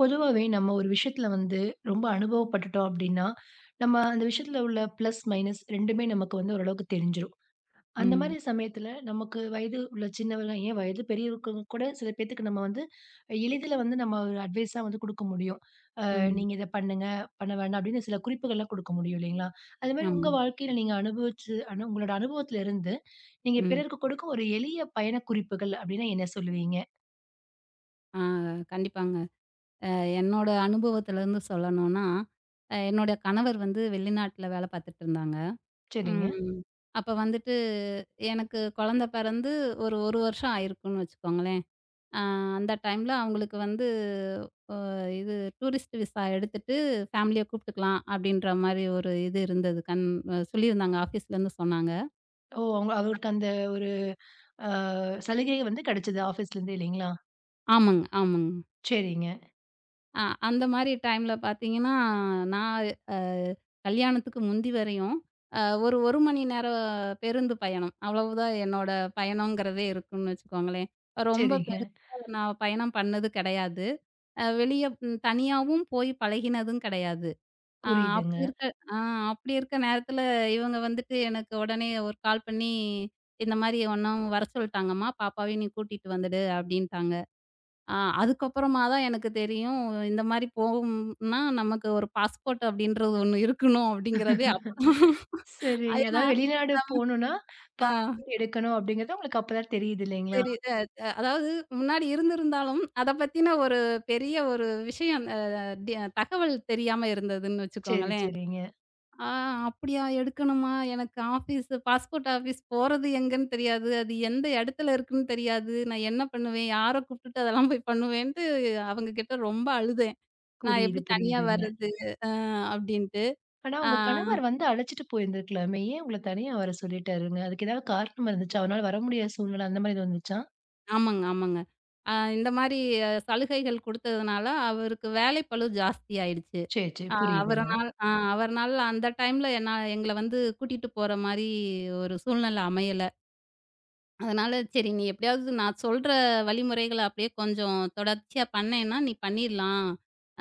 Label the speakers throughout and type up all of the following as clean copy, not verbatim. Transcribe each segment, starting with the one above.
Speaker 1: பொதுவாவே நம்ம ஒரு விஷயத்துல வந்து ரொம்ப அனுபவப்பட்டுட்டோம் அப்படின்னா, நம்ம அந்த விஷயத்துல உள்ள பிளஸ், மைனஸ் 2மே நமக்கு வந்து ஓரளவுக்கு தெரிஞ்சிரும். அந்த
Speaker 2: ம்,
Speaker 1: மாரி சமயத்துல நமக்கு வயது உள்ள சின்னவங்க, ஏன் வயது பெரியவங்க கூட சில பேத்துக்கு நம்ம வந்து எளிதில வந்து நம்ம ஒரு அட்வைஸா வந்து குடுக்க முடியும்.
Speaker 2: ம்.
Speaker 1: "நீங்க இத பண்ணுங்க, பண்ண வேண்டாம்" அப்படின்னு சில குறிப்புகள்லாம் குடுக்க முடியும் இல்லைங்களா? அது மாரி
Speaker 2: ஆமா.
Speaker 1: உங்க வாழ்க்கையில நீங்க அனுபவிச்சு உங்களோட அனுபவத்துல இருந்து நீங்க
Speaker 2: ம்.
Speaker 1: பிறருக்கு கொடுக்கும் ஒரு எளிய பயண குறிப்புகள் அப்படின்னா என்ன சொல்லுவீங்க?
Speaker 2: ஆ கண்டிப்பாங்க. அ என்னோட அனுபவத்திலருந்து சொல்லணும்னா, என்னோட கணவர் வந்து வெளிநாட்ல வேல பார்த்துட்டு இருந்தாங்க.
Speaker 1: சரிங்க.
Speaker 2: ம். அப்ப வந்துட்டு எனக்கு குழந்த பிறந்து ஒரு 1 வருஷம் ஆயிருக்கும்னு வச்சுக்கோங்களேன். அ அந்த டைம்ல அவங்களுக்கு வந்து இது டூரிஸ்ட் விசா எடுத்துட்டு ஃபேமிலிய கூப்ட்டுக்கலாம் அப்படின்ற மாரி ஒரு இது இருந்தது. கண் சொல்லியிருந்தாங்க, ஆஃபீஸ்லேருந்து சொன்னாங்க.
Speaker 1: ஓ! அவங்க அவருக்கு அந்த ஆ சலுகை வந்து கிடைச்சது ஆஃபீஸ்லேருந்து இல்லைங்களா?
Speaker 2: ஆமாங்க, ஆமாங்க.
Speaker 1: சரிங்க,
Speaker 2: அந்த மாரி டைம்ல பார்த்தீங்கன்னா, நான் அ கல்யாணத்துக்கு முந்தி வரையும் ஒரு 1 மணி நேரம் பேருந்து பயணம். அவ்வளவுதான் என்னோட பயணம்ங்கிறதே இருக்கும்னு வச்சுக்கோங்களேன். ரொம்ப
Speaker 1: சரிங்க.
Speaker 2: பெருசா நான் பயணம் பண்ணது கிடையாது. வெளிய தனியாவும் போய் பழகினதும் கிடையாது. அ அப்படி
Speaker 1: புரியுதுங்க.
Speaker 2: இருக்க ஆ அப்படி இருக்க நேரத்தில இவங்க வந்துட்டு எனக்கு உடனே ஒரு கால் பண்ணி, "இந்த மாரி ஒன்னும் வர சொல்ட்டாங்கம்மா, பாப்பாவையும் நீ கூட்டிட்டு வந்துடு" அப்படின்ட்டாங்க. அதுக்கப்புறமா தான் எனக்கு தெரியும். இந்த மாரி போகும்னா, நமக்கு ஒரு பாஸ்போர்ட் அப்படின்றது ஒண்ணு இருக்கணும் அப்படிங்கிறதே அப்பதான்.
Speaker 1: சரிங்க.
Speaker 2: ஏன்னா
Speaker 1: அதாவது வெளிநாடு போணும்னா,
Speaker 2: ஆ
Speaker 1: பாஸ்போர்ட் எடுக்கணும் அப்படிங்கிறது உங்களுக்கு அப்பதான் தெரியுது இல்லைங்களா?
Speaker 2: சரி அ அ அதாவது முன்னாடி இருந்திருந்தாலும், அத பத்தின ஒரு பெரிய ஒரு விஷயம் அ டி தகவல் தெரியாம இருந்ததுன்னு
Speaker 1: சரி,
Speaker 2: வச்சுக்கோங்களேன்.
Speaker 1: சரிங்க.
Speaker 2: ஆ அப்படியா எடுக்கணுமா? எனக்கு பாஸ்போர்ட் ஆஃபீஸ் போறது எங்கன்னு தெரியாது. அது எந்த இடத்துல இருக்குன்னு தெரியாது. நான் என்ன பண்ணுவேன்? யார கூப்பிட்டுட்டு அதெல்லாம் போய் பண்ணுவேன்ட்டு அவங்க கிட்ட ரொம்ப அழுதேன். நான்
Speaker 1: புரியுது,
Speaker 2: எப்படி தனியா
Speaker 1: புரியுதுங்க.
Speaker 2: வர்றது? அ அப்படின்ட்டு.
Speaker 1: ஆனா
Speaker 2: ஆ
Speaker 1: உங்க கணவர் வந்து அழைச்சிட்டு போயிருந்திருக்கலாமே. ஏன் உங்கள தனியா வர சொல்லிட்டாருங்க? அதுக்கு ஏதாவது காரணம் இருந்துச்சா? அவரால வர முடியாத சூழ்நிலை அந்த மாரி எதுவும் வந்துச்சா?
Speaker 2: ஆமாங்க, ஆமாங்க. இந்த மாரி சலுகைகள் குடுத்ததுனால, அவருக்கு வேலைப்பளு ஜாஸ்தி ஆயிடுச்சு.
Speaker 1: சரி, சரி.
Speaker 2: அ
Speaker 1: புரியுதுங்க.
Speaker 2: அவரனால் அ அவர்னால அந்த டைம்ல என்ன எங்கள வந்து கூட்டிட்டு போற மாரி ஒரு சூழ்நிலை அமையல. அதனால சரி, நீ எப்படியாவது நான் சொல்ற வழிமுறைகள அப்படியே கொஞ்சம் தொடர்ச்சியா பண்ணேன்னா, நீ பண்ணிடலாம்.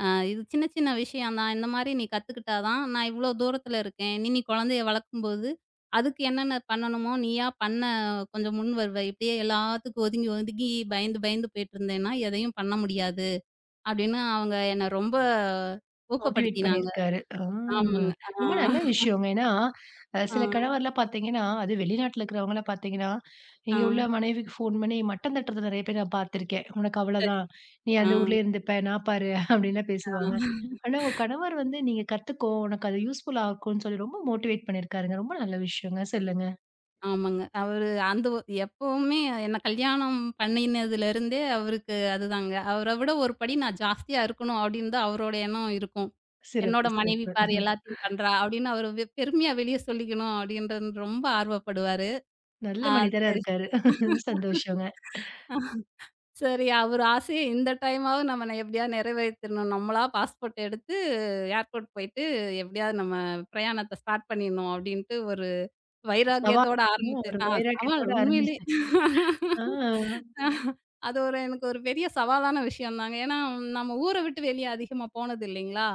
Speaker 2: அ இது சின்ன சின்ன விஷயம் தான். இந்த மாரி நீ கத்துக்கிட்டா தான், நான் இவ்ளோ தூரத்துல இருக்கேன். இனி நீ குழந்தைய வளர்க்கும்போது, அதுக்கு என்னென்ன பண்ணணுமோ நீயா பண்ண கொஞ்சம் முன் வருவ. இப்படியே எல்லாத்துக்கும் ஒதுங்கி ஒதுங்கி பயந்து பயந்து போயிட்டுருந்தேன்னா, எதையும் பண்ண முடியாது. அப்படின்னு அவங்க என்ன ரொம்ப
Speaker 1: மோட்டிவேட்
Speaker 2: ஊக்கப்படுத்தினாங்க.
Speaker 1: பண்ணியிருக்காரு. ஆ
Speaker 2: ஆமாங்க. ஆ,
Speaker 1: ரொம்ப நல்ல விஷயங்க. ஏன்னா,
Speaker 2: ஆ,
Speaker 1: சில கணவர்லாம் பார்த்தீங்கன்னா, அது வெளிநாட்ல இருக்கிறவங்கலாம் பார்த்தீங்கன்னா,
Speaker 2: ஆ.
Speaker 1: இங்க உள்ள மனைவிக்கு ஃபோன் பண்ணி மட்டம் தட்டுறத நெறைய பேர் நான் பார்த்துருக்கேன். "உனக்கு
Speaker 2: சரி.
Speaker 1: அவ்வளோதான். நீ
Speaker 2: ஆ,
Speaker 1: அந்த ஊர்லயே இருந்துப்ப. நான் பாரு" அப்படின்லாம் பேசுவாங்க.
Speaker 2: ஆ.
Speaker 1: ஆனா, உங்க கணவர் வந்து, "நீங்க கத்துக்கோ. உனக்கு அது யூஸ்ஃபுல்லா இருக்கும்ன்னு" சொல்லி ரொம்ப மோட்டிவேட் பண்ணியிருக்காருங்க. ரொம்ப நல்ல விஷயங்க. சொல்லுங்க.
Speaker 2: ஆமாங்க. அவரு அந்த ஒ எப்பவுமே என்ன கல்யாணம் பண்ணினதுலருந்தே அவருக்கு அதுதாங்க. அவர விட ஒரு படி நான் ஜாஸ்தியா இருக்கணும் அப்படின்னு தான் அவரோட எண்ணம் இருக்கும்.
Speaker 1: சிறப்பு,
Speaker 2: என்னோட மனைவி
Speaker 1: சிறப்பு.
Speaker 2: பாரு எல்லாத்தையும் பண்றா அப்படின்னு அவரு பெருமையா வெளிய சொல்லிக்கணும் அப்படின்றது ரொம்ப ஆர்வப்படுவாரு.
Speaker 1: நல்ல
Speaker 2: ஆ
Speaker 1: மனிதரா
Speaker 2: சரி,
Speaker 1: இருக்காரு. சந்தோஷங்க.
Speaker 2: சரி, அவரு ஆசைய இந்த டைமாவது நம்ம எப்படியாவது நிறைவேத்திடணும். நம்மளா பாஸ்போர்ட் எடுத்து ஏர்போர்ட் போயிட்டு எப்படியாவது நம்ம பிரயாணத்த ஸ்டார்ட் பண்ணிடணும் அப்படின்ட்டு ஒரு
Speaker 1: சவால்
Speaker 2: வைராக்கியத்தோட ஆரம்பிச்சு.
Speaker 1: ஒரு
Speaker 2: சவால்
Speaker 1: வைராக்கியத்தோட
Speaker 2: உண்மையிலே.
Speaker 1: ஆரம்பிச்சு ஆ
Speaker 2: அது எனக்கு ஒரு பெரிய சவாலான விஷயம் தாங்க. ஏன்னா, நம்ம ஊர விட்டு வெளிய அதிகமா போனது இல்லைங்களா?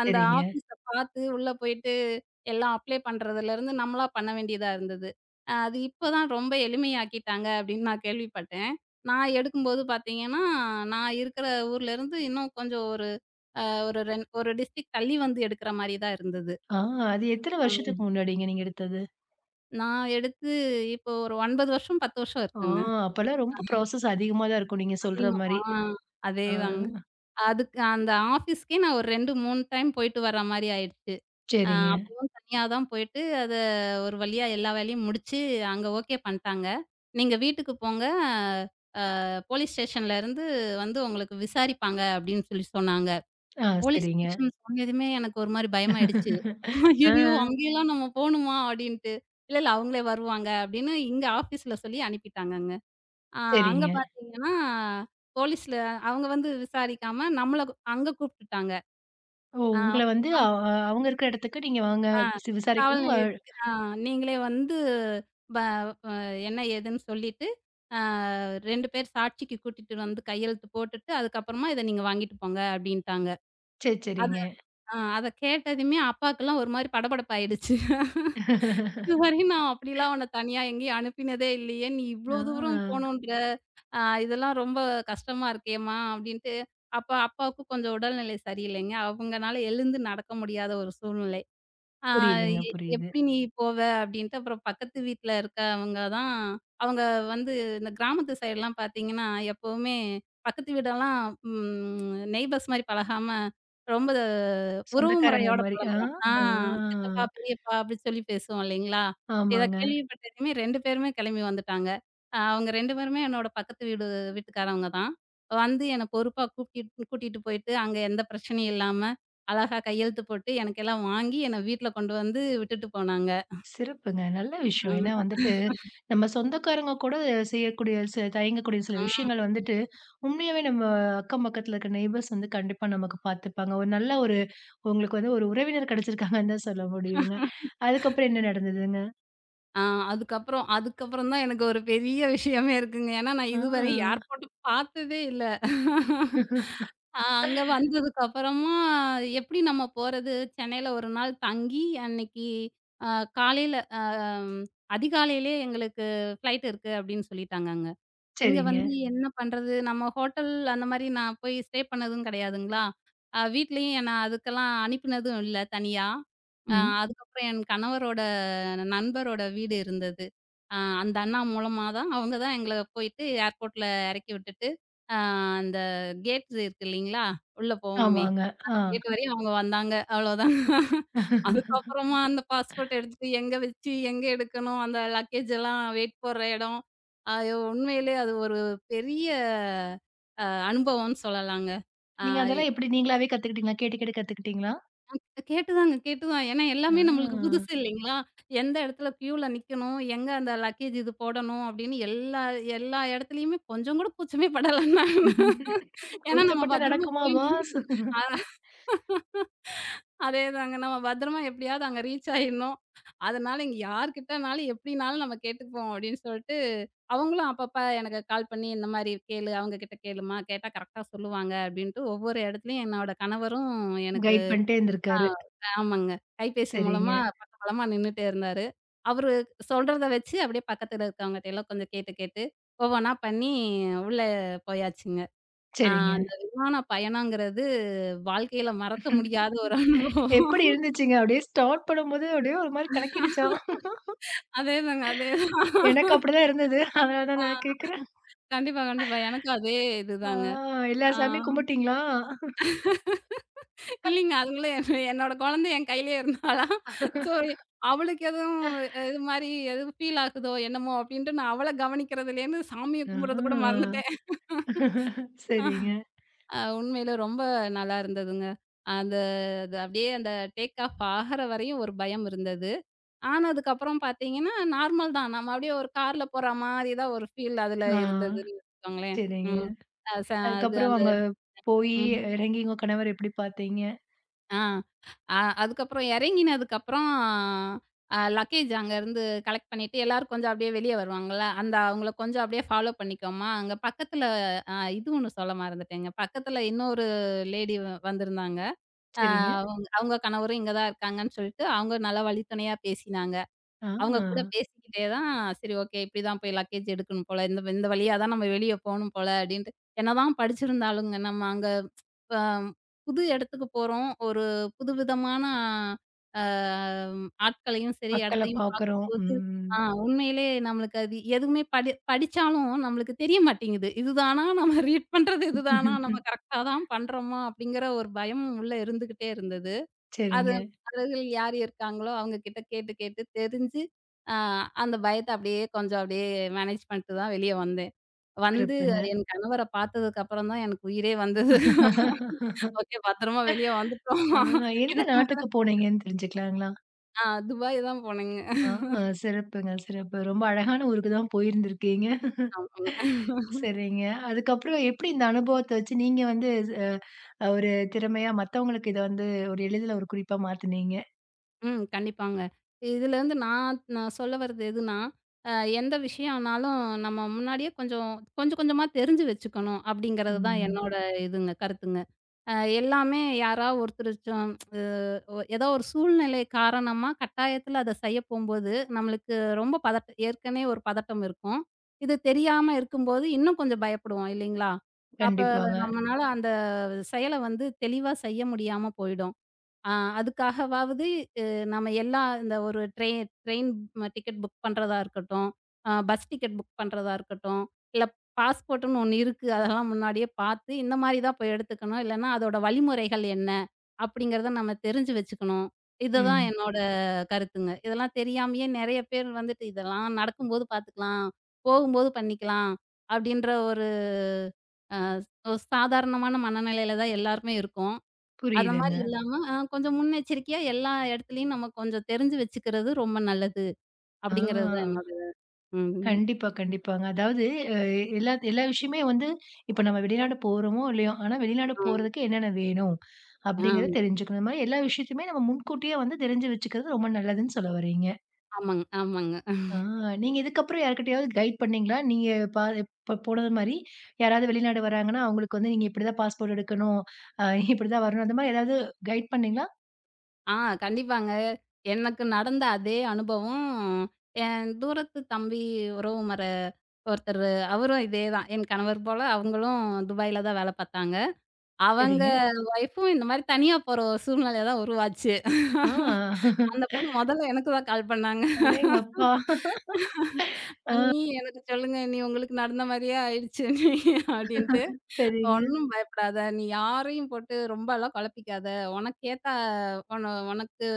Speaker 2: அந்த
Speaker 1: சரிங்க.
Speaker 2: ஆஃபீஸ பார்த்து உள்ள போயிட்டு எல்லாம் அப்ளை பண்றதுலருந்து நம்மளா பண்ண வேண்டியதா இருந்தது. அது இப்ப தான் ரொம்ப எளிமையாக்கிட்டாங்க அப்படின்னு நான் கேள்விப்பட்டேன். நான் எடுக்கும்போது பார்த்தீங்கன்னா, நான் இருக்கிற ஊர்லருந்து இன்னும் கொஞ்சம் ஒரு அ ஒரு ரெண் ஒரு டிஸ்ட்ரிக்ட் தள்ளி வந்து எடுக்கிற மாரி தான் இருந்தது.
Speaker 1: ஆ அது எத்தன வருஷத்துக்கு
Speaker 2: ம்.
Speaker 1: முன்னாடிங்க நீங்க எடுத்தது?
Speaker 2: நான் எடுத்து இப்போ ஒரு 9 வருஷம், 10 வருஷம்
Speaker 1: ஆ
Speaker 2: இருக்குங்க.
Speaker 1: அப்பலாம் ரொம்ப ப்ராசஸ் அதிகமா தான் இருக்கும் நீங்க
Speaker 2: அதே
Speaker 1: சொல்ற மாரி.
Speaker 2: ஆ
Speaker 1: ஆ
Speaker 2: அதேதாங்க. அதுக்கு அந்த ஆஃபீஸ்க்கே நான் ஒரு 2, 3 டைம் போயிட்டு வர்ற மாரி ஆயிடுச்சு. அ
Speaker 1: சரிங்க.
Speaker 2: அப்பவும் தனியா தான் போயிட்டு, அத ஒரு வழியா எல்லா வேலையும் முடிச்சு, அங்க ஓகே பண்ட்டாங்க. "நீங்க வீட்டுக்கு போங்க. போலீஸ் ஸ்டேஷன்ல இருந்து வந்து உங்களுக்கு விசாரிப்பாங்க" அப்படின்னு சொன்னாங்க.
Speaker 1: ஆ
Speaker 2: போலீஸ்
Speaker 1: சரிங்க.
Speaker 2: ஸ்டேஷன் சொன்னதுமே எனக்கு ஒரு மாரி பயமாயிடுச்சு.
Speaker 1: ஆ
Speaker 2: "ஐயய்யோ! அங்கேயெல்லாம் நம்ம போணுமா?" அப்படின்ட்டு. "இல்ல, இல்ல, அவங்களே வருவாங்க" அப்படின்னு இங்க ஆஃபீஸ்ல சொல்லி அனுப்பிட்டாங்கங்க. அ அங்க
Speaker 1: சரிங்க.
Speaker 2: பார்த்தீங்கன்னா, போலீஸ்ல அவங்க வந்து விசாரிக்காம நம்மள அங்க கூப்ட்டுட்டாங்க.
Speaker 1: ஓ!
Speaker 2: ஆ.
Speaker 1: உங்கள வந்து அ
Speaker 2: அம்.
Speaker 1: அ அவங்க இருக்கிற இடத்துக்கு நீங்க வாங்க
Speaker 2: ஆ. காவல்
Speaker 1: விசாரிக்கணும்.
Speaker 2: நிலையத்துக்கு நீங்களே வந்து ப அ என்ன ஏதுன்னு சொல்லிட்டு, ஆ 2 பேர் சாட்சிக்கு கூட்டிட்டு வந்து கையெழுத்து போட்டுட்டு, அதுக்கப்புறமா இத நீங்க வாங்கிட்டு போங்க அப்டின்ட்டாங்க.
Speaker 1: சரி,
Speaker 2: அத
Speaker 1: சரிங்க.
Speaker 2: அத கேட்டதுமே அப்பாவுக்குலாம் ஒரு மாரி படபடப்பாயிடுச்சு. இதுவரையும் நான் அப்படிலாம் உன்ன தனியா எங்கேயும் அனுப்பினதே இல்லையே. நீ இவ்ளோ தூரம்
Speaker 1: ஆ
Speaker 2: போணுன்ற, ஆ இதெல்லாம் ரொம்ப கஷ்டமா இருக்கேம்மா அப்டின்ட்டு, அப்ப அப்பாவுக்கும் கொஞ்சம் உடல்நிலை சரியில்லைங்க. அவங்கனால எழுந்து நடக்க முடியாத ஒரு சூழ்நிலை. ஆ
Speaker 1: புரியுதுங்க,
Speaker 2: எ
Speaker 1: புரியுது.
Speaker 2: "எப்படி நீ போவ?" அப்படின்ட்டு. அப்புறம் பக்கத்து வீட்ல இருக்கவங்க தான் அவங்க வந்து. இந்த கிராமத்து சைடுலாம் பார்த்தீங்கன்னா, எப்பவுமே பக்கத்து வீடெல்லாம் நெய்பர்ஸ் மாரி பழகாம, ரொம்ப உறவு
Speaker 1: சொந்தக்காரங்க
Speaker 2: முறையோட
Speaker 1: மாரி. ஆ,
Speaker 2: பழகுவோம்.
Speaker 1: ஆ
Speaker 2: சித்தப்பா, பெரியப்பா அப்படி சொல்லி பேசுவோம் இல்லைங்களா? இத
Speaker 1: ஆமாங்க.
Speaker 2: கேள்விப்பட்டதுமே 2 பேருமே கிளம்பி வந்துட்டாங்க. அவங்க 2 பேருமே என்னோட பக்கத்து வீடு வீட்டுக்காரவங்க தான். வந்து என்ன பொறுப்பா கூட்டிட்டு போயிட்டு, அங்க எந்த பிரச்சனையும் இல்லாம அழகா கையெழுத்து போட்டு எனக்கெல்லாம் வாங்கி என்ன வீட்ல கொண்டு வந்து விட்டுட்டு போனாங்க.
Speaker 1: சிறப்புங்க. நல்ல விஷயம். ஏன்னா
Speaker 2: ம்,
Speaker 1: வந்துட்டு, நம்ம சொந்தக்காரங்க கூட செய்யக்கூடிய தயங்கக்கூடிய சில விஷயங்கள்
Speaker 2: ம்.
Speaker 1: வந்துட்டு, உண்மையாவே நம்ம அக்கம் பக்கத்துல இருக்க நெய்பர்ஸ் வந்து கண்டிப்பா நமக்கு பார்த்துப்பாங்க. ஒரு நல்ல ஒரு உங்களுக்கு வந்து ஒரு உறவினர் கிடைச்சிருக்காங்கன்னு தான் சொல்ல முடியுங்க. அதுக்கப்புறம் என்ன நடந்ததுங்க?
Speaker 2: ஆ அதுக்கப்புறம் அதுக்கப்புறம் தான் எனக்கு ஒரு பெரிய விஷயமே இருக்குங்க. ஏன்னா நான் இதுவரை யார்
Speaker 1: ஆ.
Speaker 2: போட்டு பார்த்ததே இல்ல. அங்க வந்ததுக்கு அப்புறமா எப்படி நம்ம போறது? சென்னையில ஒரு நாள் தங்கி, அன்னைக்கு அ காலையில அ அதிகாலையிலயே எங்களுக்கு ஃப்ளைட் இருக்கு அப்படின்னு சொல்லிட்டாங்கங்க. இங்க
Speaker 1: சரிங்க.
Speaker 2: வந்து என்ன பண்றது? நம்ம ஹோட்டல் அந்த மாரி நான் போய் ஸ்டே பண்ணதும் கிடையாதுங்களா. வீட்லயும் என்ன அதுக்கெல்லாம் அனுப்பினதும் இல்ல தனியா. அ
Speaker 1: ம்.
Speaker 2: அதுக்கப்புறம் என் கணவரோட நண்பரோட வீடு இருந்தது. அ அந்த அண்ணா மூலமா தான், அவங்க தான் எங்கள போயிட்டு ஏர்போர்ட்ல இறக்கி விட்டுட்டு, அ அந்த கேட் இருக்கு இல்லைங்களா? உள்ள போவோமே!
Speaker 1: ஆமாங்க. ஆ.
Speaker 2: அந்த கேட் வரையும் அவங்க வந்தாங்க. அவ்வளோதான். அதுக்கப்புறமா அந்த பாஸ்போர்ட் எடுத்துட்டு எங்க வச்சு, எங்க எடுக்கணும்? அந்த லக்கேஜ் எல்லாம் வெயிட் போடுற இடம். ஐயோ! உண்மையிலேயே அது ஒரு பெரிய அனுபவம்னு சொல்லலாங்க. ஆ
Speaker 1: நீங்க அதெல்லாம் எப்படி நீங்களாவே கத்துக்கிட்டீங்களா? கேட்டு கேட்டு கத்துக்கிட்டீங்களா?
Speaker 2: கேட்டுதாங்க, கேட்டுதான். ஏன்னா
Speaker 1: ஆ.
Speaker 2: எல்லாமே நம்மளுக்கு புதுசு இல்லைங்களா? எந்த இடத்துல கியூல நிக்கணும்? எங்க அந்த லக்கேஜ் இது போடணும்? அப்படின்னு எல்லா எல்லா இடத்துலயுமே கொஞ்சம் கூட கூச்சமே படல நான். ஏன்னா நம்ம
Speaker 1: கூச்சப்பட்டா
Speaker 2: பத்திரமா
Speaker 1: நடக்குமா
Speaker 2: போய்,
Speaker 1: பாஸ்?
Speaker 2: அதேதாங்க, நம்ம பத்திரமா எப்படியாவது அங்க ரீச் ஆயிடணும். அதனால இங்க யார்கிட்டனாலும் எப்படினாலும் நம்ம கேட்டுப்போம் அப்படின்னு சொல்லிட்டு, அவங்களும் அப்பப்ப எனக்கு கால் பண்ணி இந்த மாரி கேளு, அவங்க கிட்ட கேளும்மா, கேட்டா கரெக்ட்டா சொல்லுவாங்க அப்படின்ட்டு ஒவ்வொரு இடத்துலயும் என்னோட கணவரும் எனக்கு.
Speaker 1: கைட் பண்ணிட்டே
Speaker 2: ஆ
Speaker 1: இருந்திருக்காரு.
Speaker 2: ஆமாங்க. கைபேசி
Speaker 1: சரிங்க,
Speaker 2: மூலமா பக்கபலமா நின்னுட்டே இருந்தாரு. அவரு சொல்றத வச்சு அப்படியே பக்கத்துல இருக்கவங்கட்ட எல்லாம் கொஞ்சம் கேட்டு கேட்டு ஒவ்வொன்னா பண்ணி உள்ள போயாச்சுங்க. ஆ
Speaker 1: சரிங்க.
Speaker 2: அந்த விமான பயணங்கிறது வாழ்க்கையில மறக்க முடியாத ஒரு அனுபவம்.
Speaker 1: எப்படி இருந்துச்சுங்க? அப்படியே ஸ்டார்ட் பண்ணும்போது அப்படியே ஒரு மாரி கலக்கிடுச்சா?
Speaker 2: அதேதாங்க, அதேதான்.
Speaker 1: எனக்கு அப்படிதான் இருந்தது. அதனால தான் நான் கேட்கிறேன்.
Speaker 2: கண்டிப்பா, கண்டிப்பா. எனக்கும் அதே
Speaker 1: ஆ
Speaker 2: இதுதாங்க.
Speaker 1: எல்லா
Speaker 2: ஆ
Speaker 1: சாமியும் கும்பிட்டீங்களா?
Speaker 2: இல்லைங்க. அதுங்களும் என்னோட குழந்தை என் கையிலேயே இருந்தாளா, சோ அவளுக்கு எதுவும் இது மாரி எதுவும் ஃபீல் ஆகுதோ என்னமோ அப்படின்ட்டு நான் அவள கவனிக்கிறதுலேருந்து சாமிய
Speaker 1: ஆ
Speaker 2: கும்பிடுறது கூட மறந்துட்டேன்.
Speaker 1: சரிங்க.
Speaker 2: உண்மையில ரொம்ப நல்லா இருந்ததுங்க. அந்த அது அப்படியே அந்த டேக் ஆஃப் ஆகுற வரையும் ஒரு பயம் இருந்தது. ஆனதுக்கப்புறம் பார்த்தீங்கன்னா, நார்மல் தான். நம்ம அப்படியே ஒரு கார்ல போற மாரி தான் ஒரு ஃபீல் அதுல
Speaker 1: ஆ
Speaker 2: இருந்ததுன்னு வச்சுக்கோங்களேன்.
Speaker 1: சரிங்க.
Speaker 2: ம். அ ச அது
Speaker 1: அதுக்கப்புறம்
Speaker 2: அந்த
Speaker 1: அங்க போயி
Speaker 2: ம்.
Speaker 1: இறங்கி உங்க கணவர எப்படி பார்த்தீங்க?
Speaker 2: ஆ. அதுக்கப்புறம் இறங்கினதுக்கப்புறம் லக்கேஜ் அங்கருந்து கலெக்ட் பண்ணிட்டு, எல்லாரும் கொஞ்சம் அப்படியே வெளிய வருவாங்கல்ல, அந்த அவங்கள கொஞ்சம் அப்படியே ஃபாலோ பண்ணிக்கோமா, அங்க பக்கத்துல. இது ஒண்ணு சொல்ல மறந்துட்டேங்க. பக்கத்துல இன்னொரு லேடி வந்திருந்தாங்க. அ
Speaker 1: சரிங்க.
Speaker 2: அவங்க அவங்க கணவரும் இங்க தான் இருக்காங்கன்னு சொல்லிட்டு, அவங்க நல்லா வழித்துணையா பேசினாங்க.
Speaker 1: ஆ
Speaker 2: அவங்க கூட பேசிக்கிட்டே தான், சரி, ஓகே, இப்படிதான் போய் லக்கேஜ் எடுக்கணும் போல, இந்த இந்த வழியா தான் நம்ம வெளிய போணும் போல அப்படின்ட்டு. என்னதான் படிச்சிருந்தாலுங்க, நம்ம அங்க அ புது இடத்துக்கு போறோம். ஒரு புதுவிதமான அ ஆட்களையும் சரி,
Speaker 1: மக்கள
Speaker 2: இடத்தையும்
Speaker 1: பார்க்குறோம்.
Speaker 2: பார்க்கும்போது,
Speaker 1: ம்.
Speaker 2: ஆ உண்மையிலே நம்மளுக்கு அது எதுவுமே படிச்சாலும் நம்மளுக்கு தெரிய மாட்டேங்குது. இதுதானா நம்ம ரீட் பண்றது இதுதானா? நம்ம கரெக்ட்டா தான் பண்றோமா? அப்படிங்கிற ஒரு பயம் உள்ள இருந்துகிட்டே இருந்தது.
Speaker 1: சரிங்க.
Speaker 2: அது அருகில் யார் இருக்காங்களோ அவங்க கிட்ட கேட்டு கேட்டு தெரிஞ்சு, அ அந்த பயத்த அப்படியே கொஞ்சம் அப்படியே மேனேஜ் பண்ணிட்டு தான் வெளிய வந்தேன். வந்து
Speaker 1: சிறப்புங்க.
Speaker 2: என் கணவர பார்த்ததுக்கு அப்புறம் தான் எனக்கு உயிரே வந்தது. ஓகே, பத்திரமா வெளிய வந்துட்டோம்.
Speaker 1: ஆ எந்த
Speaker 2: இதுக்கு மேல.
Speaker 1: நாட்டுக்கு போனீங்கன்னு தெரிஞ்சுக்கலாங்களா?
Speaker 2: ஆ துபாய் தான் போனேங்க.
Speaker 1: ஆ சிறப்புங்க, சிறப்பு. ரொம்ப அழகான ஊருக்கு தான் போயிருந்திருக்கீங்க.
Speaker 2: ஆமாங்க.
Speaker 1: சரிங்க. அதுக்கப்புறம் எப்படி இந்த அனுபவத்த வச்சு நீங்க வந்து ஒரு திறமையா மத்தவங்களுக்கு இத வந்து ஒரு எளிதில ஒரு குறிப்பா மாத்துனீங்க.
Speaker 2: ம். கண்டிப்பாங்க. இதுலேருந்து நான் நான் சொல்ல வர்றது எதுன்னா, அ எந்த விஷயம்னாலும் நம்ம முன்னாடியே கொஞ்சம் கொஞ்சம் கொஞ்சமா தெரிஞ்சு வச்சுக்கணும் அப்படிங்கிறது தான்
Speaker 1: ம்.
Speaker 2: என்னோட இதுங்க, கருத்துங்க. அ எல்லாமே யாரா ஒருத்தருச்சும் அ ஏதோ ஒரு சூழ்நிலை காரணமா கட்டாயத்தில அத செய்ய போம்போது, நம்மளுக்கு ரொம்ப பதட்ட ஏற்கனவே ஒரு பதட்டம் இருக்கும். இது தெரியாம இருக்கும்போது இன்னும் கொஞ்சம் பயப்படுவோம் இல்லைங்களா? அப்ப
Speaker 1: கண்டிப்பாங்க.
Speaker 2: நம்மனால அந்த செயல வந்து தெளிவா செய்ய முடியாம போயிடும். ஆ அதுக்காகவாவது அ நம்ம எல்லா இந்த ஒரு ட்ரெயின் ட்ரெயின் டிக்கெட் புக் பண்றதா இருக்கட்டும், பஸ் டிக்கெட் புக் பண்றதா இருக்கட்டும், இல்ல பாஸ்போர்ட்ன்னு ஒண்ணு இருக்கு. அதெல்லாம் முன்னாடியே பார்த்து இந்த மாரி தான் போய் எடுத்துக்கணும். இல்லன்னா அதோட வழிமுறைகள் என்ன? அப்படிங்கிறத நம்ம தெரிஞ்சு வச்சுக்கணும். இதுதான்
Speaker 1: ம்.
Speaker 2: என்னோட கருத்துங்க. இதெல்லாம் தெரியாமயே நெறைய பேர் வந்துட்டு இதெல்லாம் நடக்கும்போது பார்த்துக்கலாம், போகும்போது பண்ணிக்கலாம் அப்படின்ற அ ஒரு சாதாரணமான மனநிலையில தான் எல்லாருமே இருக்கோம். அந்த
Speaker 1: புரியுதுங்க.
Speaker 2: மாரி இல்லாம கொஞ்சம் முன்னெச்சரிக்கையா எல்லா இடத்துலயும் நம்ம கொஞ்சம் தெரிஞ்சு வச்சுக்கிறது ரொம்ப நல்லது.
Speaker 1: ஆ.
Speaker 2: அப்படிங்கிறது தான் என்னோட. ம்.
Speaker 1: கண்டிப்பா, கண்டிப்பாங்க. அதாவது அ எல்லா எல்லா விஷயமே வந்து இப்ப நம்ம வெளிநாடு போறோமோ இல்லையோ, ஆனா வெளிநாடு
Speaker 2: ஆம்,
Speaker 1: போறதுக்கு என்னென்ன வேணும்? அப்படிங்கிறத
Speaker 2: ஆம்.
Speaker 1: தெரிஞ்சுக்கணும். இந்த மாரி எல்லா விஷயத்தையுமே நம்ம முன்கூட்டியே வந்து தெரிஞ்சு வச்சுக்கிறது ரொம்ப நல்லதுன்னு சொல்ல வர்றீங்க.
Speaker 2: ஆமாங்க, ஆமாங்க.
Speaker 1: ஆ நீங்க இதுக்கப்புறம் யார்கிட்டயாவது கைட் பண்ணீங்களா? நீங்க இப்ப போனது மாரி, யாராவது வெளிநாடு வராங்கன்னா, அவங்களுக்கு வந்து நீங்க இப்படிதான் பாஸ்போர்ட் எடுக்கணும். அ இப்படிதான் வரணும். அந்த மாரி ஏதாவது கைட் பண்ணீங்களா?
Speaker 2: ஆ கண்டிப்பாங்க. எனக்கு நடந்த அதே அனுபவம், என் தூரத்து தம்பி உறவுமுற ஒருத்தர், அவரும் இதேதான். என் கணவர் போல அவங்களும் துபாயில தான் வேல பார்த்தாங்க. அவங்க
Speaker 1: சரிங்க.
Speaker 2: ஒய்ஃபும் இந்த மாரி தனியா போற ஒரு சூழ்நிலை தான் உருவாச்சு.
Speaker 1: ஆ
Speaker 2: அந்த பொண்ணு முதல்ல எனக்கு தான் கால் பண்ணாங்க.
Speaker 1: அடேங்கப்பா!
Speaker 2: "அண்ணி எனக்கு சொல்லுங்க, அண்ணி உங்களுக்கு நடந்த மாரியே ஆயிடுச்சு அண்ணி" அப்படின்ட்டு.
Speaker 1: சரிங்க.
Speaker 2: "ஒண்ணும் பயப்படாத. நீ யாரையும் போட்டு ரொம்பலாம் குழப்பிக்காத. உனக்கேத்த உனக்கு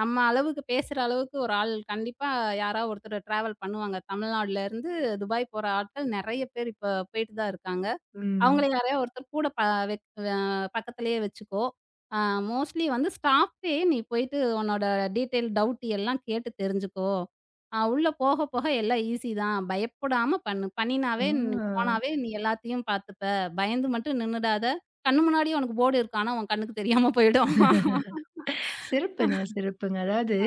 Speaker 2: நம்ம அளவுக்கு பேசுற அளவுக்கு ஒரு ஆள் கண்டிப்பா யாராவது ஒருத்தர் டிராவல் பண்ணுவாங்க. தமிழ்நாடுல இருந்து துபாய் போற ஆட்கள் நெறைய பேர் இப்ப போயிட்டு தான் இருக்காங்க.
Speaker 1: ம்.
Speaker 2: அவங்கள யாரையா ஒருத்தர் கூட ப வெக் அ பக்கத்திலேயே வச்சுக்கோ. அ மோஸ்ட்லி வந்து ஸ்டாஃப்டே நீ போயிட்டு உன்னோட டீட்டெயில், டவுட் எல்லாம் கேட்டு தெரிஞ்சுக்கோ. உள்ள போக போக எல்லாம் ஈஸி தான். பயப்படாம பண்ணு.
Speaker 1: ஆ
Speaker 2: பண்ணினாவே நீ போனாவே நீ எல்லாத்தையும் பார்த்துப்ப. பயந்து மட்டும் நின்னுடாத. கண்ணு முன்னாடியே உனக்கு போர்டு இருக்கும். ஆனா, உன் கண்ணுக்கு தெரியாம போயிடும்.
Speaker 1: சிறப்புங்க, சிறப்புங்க. அதாவது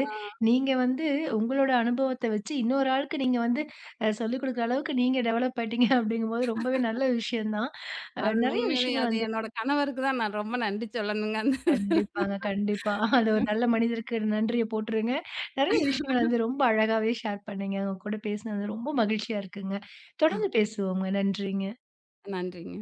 Speaker 1: நீங்க வந்து உங்களோட அனுபவத்த வச்சு இன்னொரு ஆளுக்கு நீங்க வந்து சொல்லிக் குடுக்குற அளவுக்கு நீங்க டெவலப் ஆயிட்டீங்க அப்படிங்கும்போது ரொம்பவே நல்ல விஷயம் தான். நெறைய விஷயங்கள்
Speaker 2: அது
Speaker 1: வந்து
Speaker 2: என்னோட கணவருக்கு தான் நான் ரொம்ப நன்றி சொல்லணுங்க.
Speaker 1: கண்டிப்பாங்க, கண்டிப்பா. அது ஒரு நல்ல மனிதருக்கு நன்றிய போட்டுருங்க. நெறைய விஷயங்கள் வந்து ரொம்ப அழகாவே ஷேர் பண்ணீங்க. உங்க கூட பேசினது ரொம்ப மகிழ்ச்சியா இருக்குங்க. தொடர்ந்து பேசுவோங்க. நன்றிங்க.
Speaker 2: நன்றிங்க.